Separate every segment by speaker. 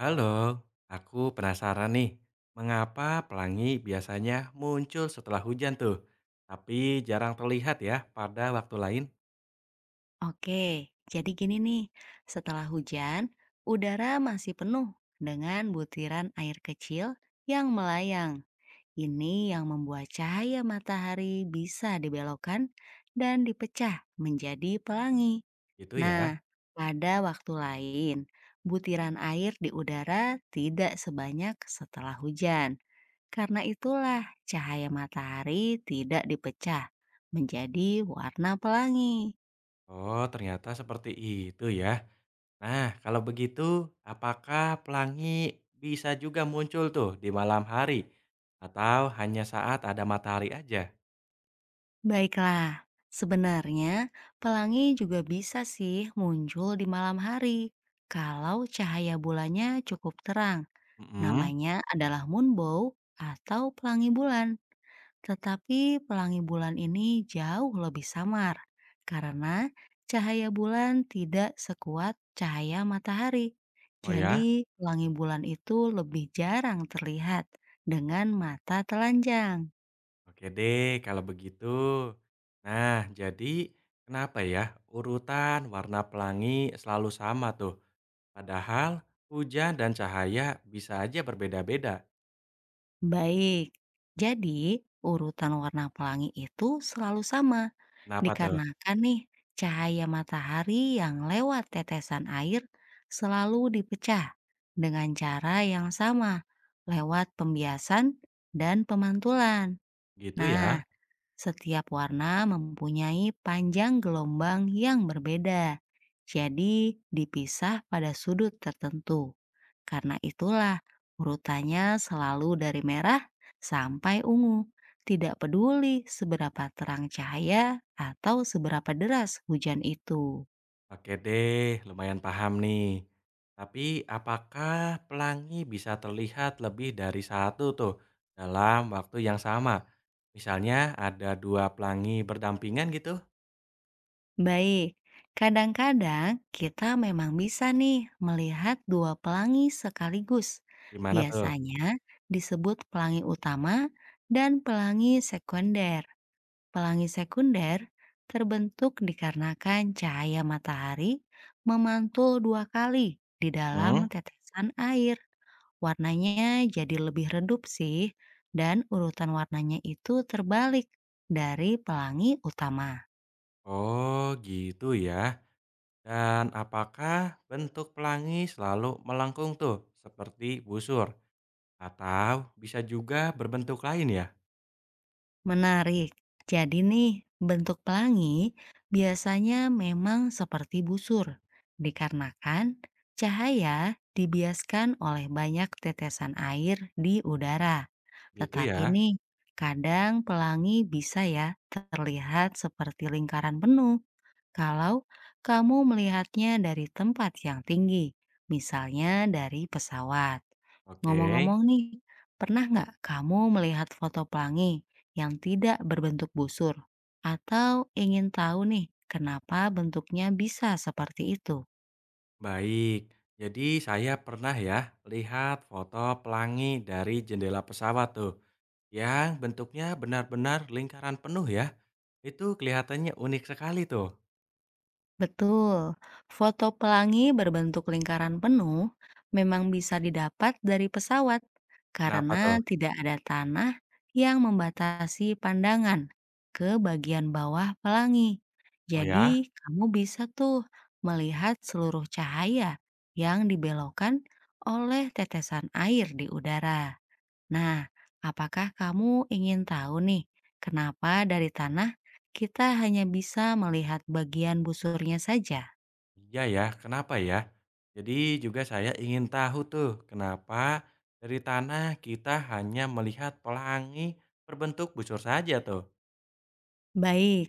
Speaker 1: Halo, aku penasaran nih, mengapa pelangi biasanya muncul setelah hujan tuh, tapi jarang terlihat ya pada waktu lain?
Speaker 2: Oke, jadi gini nih, setelah hujan, udara masih penuh dengan butiran air kecil yang melayang. Ini yang membuat cahaya matahari bisa dibelokkan dan dipecah menjadi pelangi.
Speaker 1: Gitu ya.
Speaker 2: Nah, pada waktu lain, butiran air di udara tidak sebanyak setelah hujan. Karena itulah cahaya matahari tidak dipecah menjadi warna pelangi.
Speaker 1: Oh, ternyata seperti itu ya. Nah, kalau begitu, apakah pelangi bisa juga muncul tuh di malam hari? Atau hanya saat ada matahari aja?
Speaker 2: Baiklah, sebenarnya pelangi juga bisa sih muncul di malam hari kalau cahaya bulannya cukup terang.
Speaker 1: Mm-mm.
Speaker 2: Namanya adalah moonbow atau pelangi bulan. Tetapi pelangi bulan ini jauh lebih samar karena cahaya bulan tidak sekuat cahaya matahari.
Speaker 1: Oh ya?
Speaker 2: Jadi, pelangi bulan itu lebih jarang terlihat dengan mata telanjang.
Speaker 1: Oke deh, kalau begitu. Nah, jadi kenapa ya urutan warna pelangi selalu sama tuh? Padahal hujan dan cahaya bisa aja berbeda-beda.
Speaker 2: Baik, jadi urutan warna pelangi itu selalu sama
Speaker 1: Kenapa tuh?
Speaker 2: dikarenakan nih cahaya matahari yang lewat tetesan air selalu dipecah dengan cara yang sama lewat pembiasan dan pemantulan.
Speaker 1: Gitu ya?
Speaker 2: Nah, setiap warna mempunyai panjang gelombang yang berbeda, jadi dipisah pada sudut tertentu. Karena itulah urutannya selalu dari merah sampai ungu, tidak peduli seberapa terang cahaya atau seberapa deras hujan itu.
Speaker 1: Oke deh, lumayan paham nih. Tapi apakah pelangi bisa terlihat lebih dari satu tuh dalam waktu yang sama? Misalnya ada dua pelangi berdampingan gitu?
Speaker 2: Baik, kadang-kadang kita memang bisa nih melihat dua pelangi sekaligus.
Speaker 1: Gimana tuh?
Speaker 2: Biasanya disebut pelangi utama dan pelangi sekunder. Pelangi sekunder terbentuk dikarenakan cahaya matahari memantul dua kali di
Speaker 1: Mm.
Speaker 2: dalam tetesan air. Warnanya jadi lebih redup sih, dan urutan warnanya itu terbalik dari pelangi utama.
Speaker 1: Oh gitu ya. Dan apakah bentuk pelangi selalu melengkung tuh, seperti busur, atau bisa juga berbentuk lain ya?
Speaker 2: Menarik. Jadi nih, bentuk pelangi biasanya memang seperti busur, dikarenakan cahaya dibiaskan oleh banyak tetesan air di udara.
Speaker 1: Gitu
Speaker 2: Tetapi
Speaker 1: ya.
Speaker 2: nih, kadang pelangi bisa ya terlihat seperti lingkaran penuh kalau kamu melihatnya dari tempat yang tinggi, misalnya dari pesawat.
Speaker 1: Oke,
Speaker 2: Ngomong-ngomong nih, pernah nggak kamu melihat foto pelangi yang tidak berbentuk busur? Atau ingin tahu nih, kenapa bentuknya bisa seperti itu?
Speaker 1: baik. Jadi saya pernah ya lihat foto pelangi dari jendela pesawat tuh, yang bentuknya benar-benar lingkaran penuh ya. Itu kelihatannya unik sekali tuh.
Speaker 2: Betul, foto pelangi berbentuk lingkaran penuh memang bisa didapat dari pesawat
Speaker 1: Kenapa tuh?
Speaker 2: karena tidak ada tanah yang membatasi pandangan ke bagian bawah pelangi.
Speaker 1: Oh ya?
Speaker 2: Jadi, kamu bisa tuh melihat seluruh cahaya yang dibelokkan oleh tetesan air di udara. Nah, apakah kamu ingin tahu nih, kenapa dari tanah kita hanya bisa melihat bagian busurnya saja?
Speaker 1: Iya ya, kenapa ya? Jadi juga saya ingin tahu tuh, kenapa dari tanah kita hanya melihat pelangi berbentuk busur saja tuh?
Speaker 2: Baik,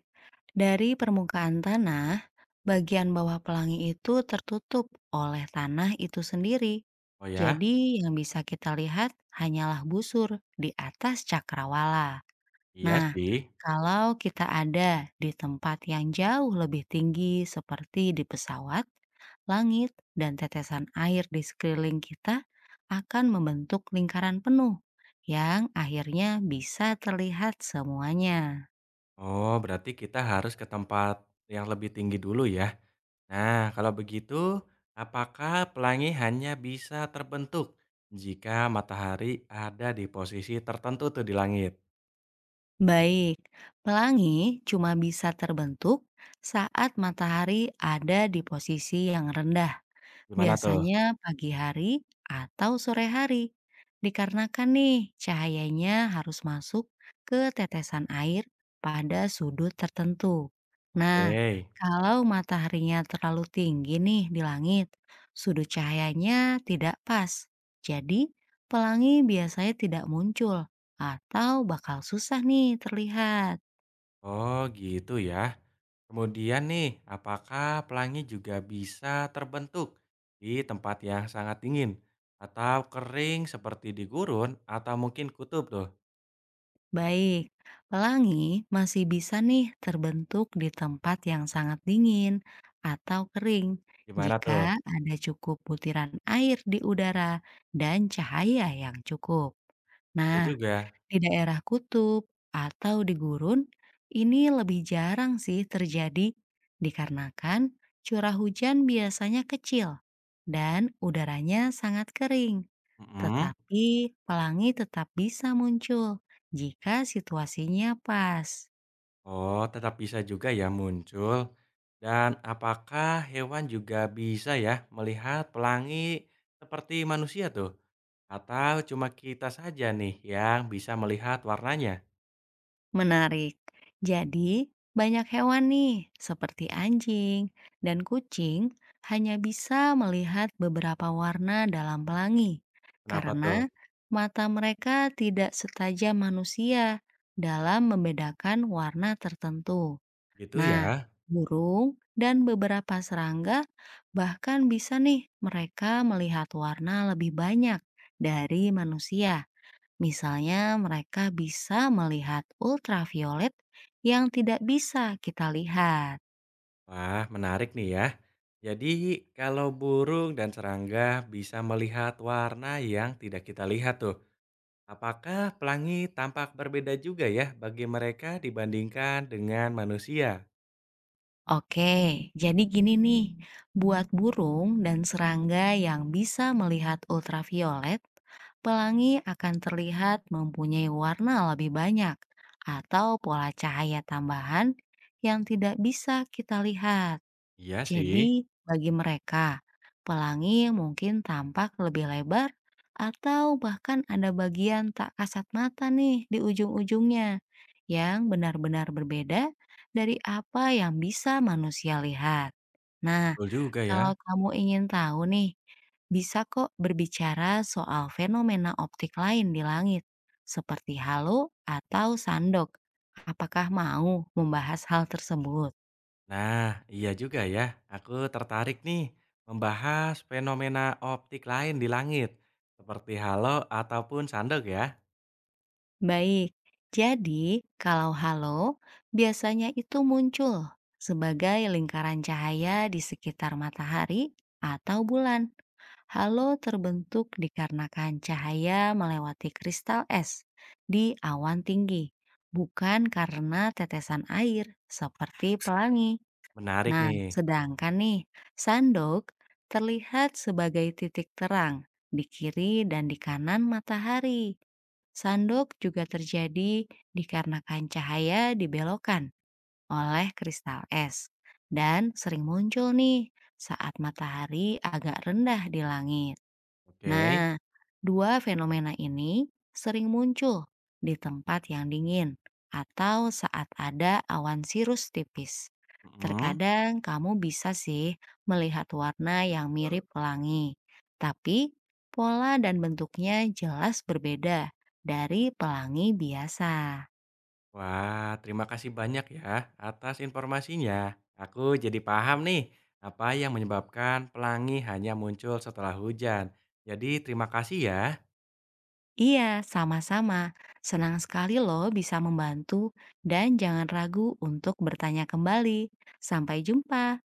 Speaker 2: dari permukaan tanah, bagian bawah pelangi itu tertutup oleh tanah itu sendiri.
Speaker 1: Oh ya,
Speaker 2: Jadi, yang bisa kita lihat hanyalah busur di atas cakrawala.
Speaker 1: iya
Speaker 2: Nah,
Speaker 1: sih.
Speaker 2: kalau kita ada di tempat yang jauh lebih tinggi seperti di pesawat, langit dan tetesan air di sekeliling kita akan membentuk lingkaran penuh yang akhirnya bisa terlihat semuanya.
Speaker 1: Oh, berarti kita harus ke tempat yang lebih tinggi dulu ya. Nah, kalau begitu, apakah pelangi hanya bisa terbentuk jika matahari ada di posisi tertentu tuh di langit?
Speaker 2: Baik, pelangi cuma bisa terbentuk saat matahari ada di posisi yang rendah.
Speaker 1: Gimana tuh?
Speaker 2: Biasanya pagi hari atau sore hari. Dikarenakan nih cahayanya harus masuk ke tetesan air pada sudut tertentu. Nah,
Speaker 1: Oke.
Speaker 2: kalau mataharinya terlalu tinggi nih di langit, sudut cahayanya tidak pas. Jadi, pelangi biasanya tidak muncul atau bakal susah nih terlihat.
Speaker 1: Oh, gitu ya. Kemudian nih, apakah pelangi juga bisa terbentuk di tempat yang sangat dingin atau kering seperti di gurun atau mungkin kutub tuh?
Speaker 2: Baik, pelangi masih bisa nih terbentuk di tempat yang sangat dingin atau kering
Speaker 1: Gimana tuh?
Speaker 2: jika ada cukup butiran air di udara dan cahaya yang cukup.
Speaker 1: Betul
Speaker 2: Nah,
Speaker 1: juga.
Speaker 2: di daerah kutub atau di gurun, ini lebih jarang sih terjadi dikarenakan curah hujan biasanya kecil dan udaranya sangat kering.
Speaker 1: Mm-mm.
Speaker 2: Tetapi pelangi tetap bisa muncul jika situasinya pas.
Speaker 1: Oh, tetap bisa juga ya muncul. Dan apakah hewan juga bisa ya melihat pelangi seperti manusia tuh? Atau cuma kita saja nih yang bisa melihat warnanya?
Speaker 2: Menarik. Jadi, banyak hewan nih, seperti anjing dan kucing, hanya bisa melihat beberapa warna dalam pelangi
Speaker 1: Kenapa tuh?
Speaker 2: karena mata mereka tidak setajam manusia dalam membedakan warna tertentu.
Speaker 1: Gitu
Speaker 2: Nah,
Speaker 1: ya.
Speaker 2: burung dan beberapa serangga bahkan bisa nih mereka melihat warna lebih banyak dari manusia. Misalnya, mereka bisa melihat ultraviolet yang tidak bisa kita lihat.
Speaker 1: Wah, menarik nih ya. Jadi, kalau burung dan serangga bisa melihat warna yang tidak kita lihat tuh, apakah pelangi tampak berbeda juga ya bagi mereka dibandingkan dengan manusia?
Speaker 2: Oke, jadi gini nih, buat burung dan serangga yang bisa melihat ultraviolet, pelangi akan terlihat mempunyai warna lebih banyak atau pola cahaya tambahan yang tidak bisa kita lihat.
Speaker 1: Iya sih,
Speaker 2: Jadi, bagi mereka, pelangi mungkin tampak lebih lebar atau bahkan ada bagian tak kasat mata nih di ujung-ujungnya yang benar-benar berbeda dari apa yang bisa manusia lihat. Nah,
Speaker 1: betul juga ya.
Speaker 2: kalau kamu ingin tahu nih, bisa kok berbicara soal fenomena optik lain di langit, seperti halo atau sandok. Apakah mau membahas hal tersebut?
Speaker 1: Nah, iya juga ya. Aku tertarik nih membahas fenomena optik lain di langit, seperti halo ataupun sandok ya.
Speaker 2: Baik, jadi kalau halo biasanya itu muncul sebagai lingkaran cahaya di sekitar matahari atau bulan. Halo terbentuk dikarenakan cahaya melewati kristal es di awan tinggi, bukan karena tetesan air seperti pelangi.
Speaker 1: Menarik
Speaker 2: Nah,
Speaker 1: nih.
Speaker 2: sedangkan nih, sandok terlihat sebagai titik terang di kiri dan di kanan matahari. Sandok juga terjadi dikarenakan cahaya dibelokkan oleh kristal es dan sering muncul nih saat matahari agak rendah di langit.
Speaker 1: Oke.
Speaker 2: Nah, dua fenomena ini sering muncul di tempat yang dingin atau saat ada awan sirus tipis.
Speaker 1: Mm-mm.
Speaker 2: Terkadang kamu bisa sih melihat warna yang mirip pelangi, tapi pola dan bentuknya jelas berbeda dari pelangi biasa.
Speaker 1: Wah, terima kasih banyak ya atas informasinya. Aku jadi paham nih apa yang menyebabkan pelangi hanya muncul setelah hujan. Jadi terima kasih ya.
Speaker 2: Iya, sama-sama. Senang sekali loh bisa membantu dan jangan ragu untuk bertanya kembali. Sampai jumpa.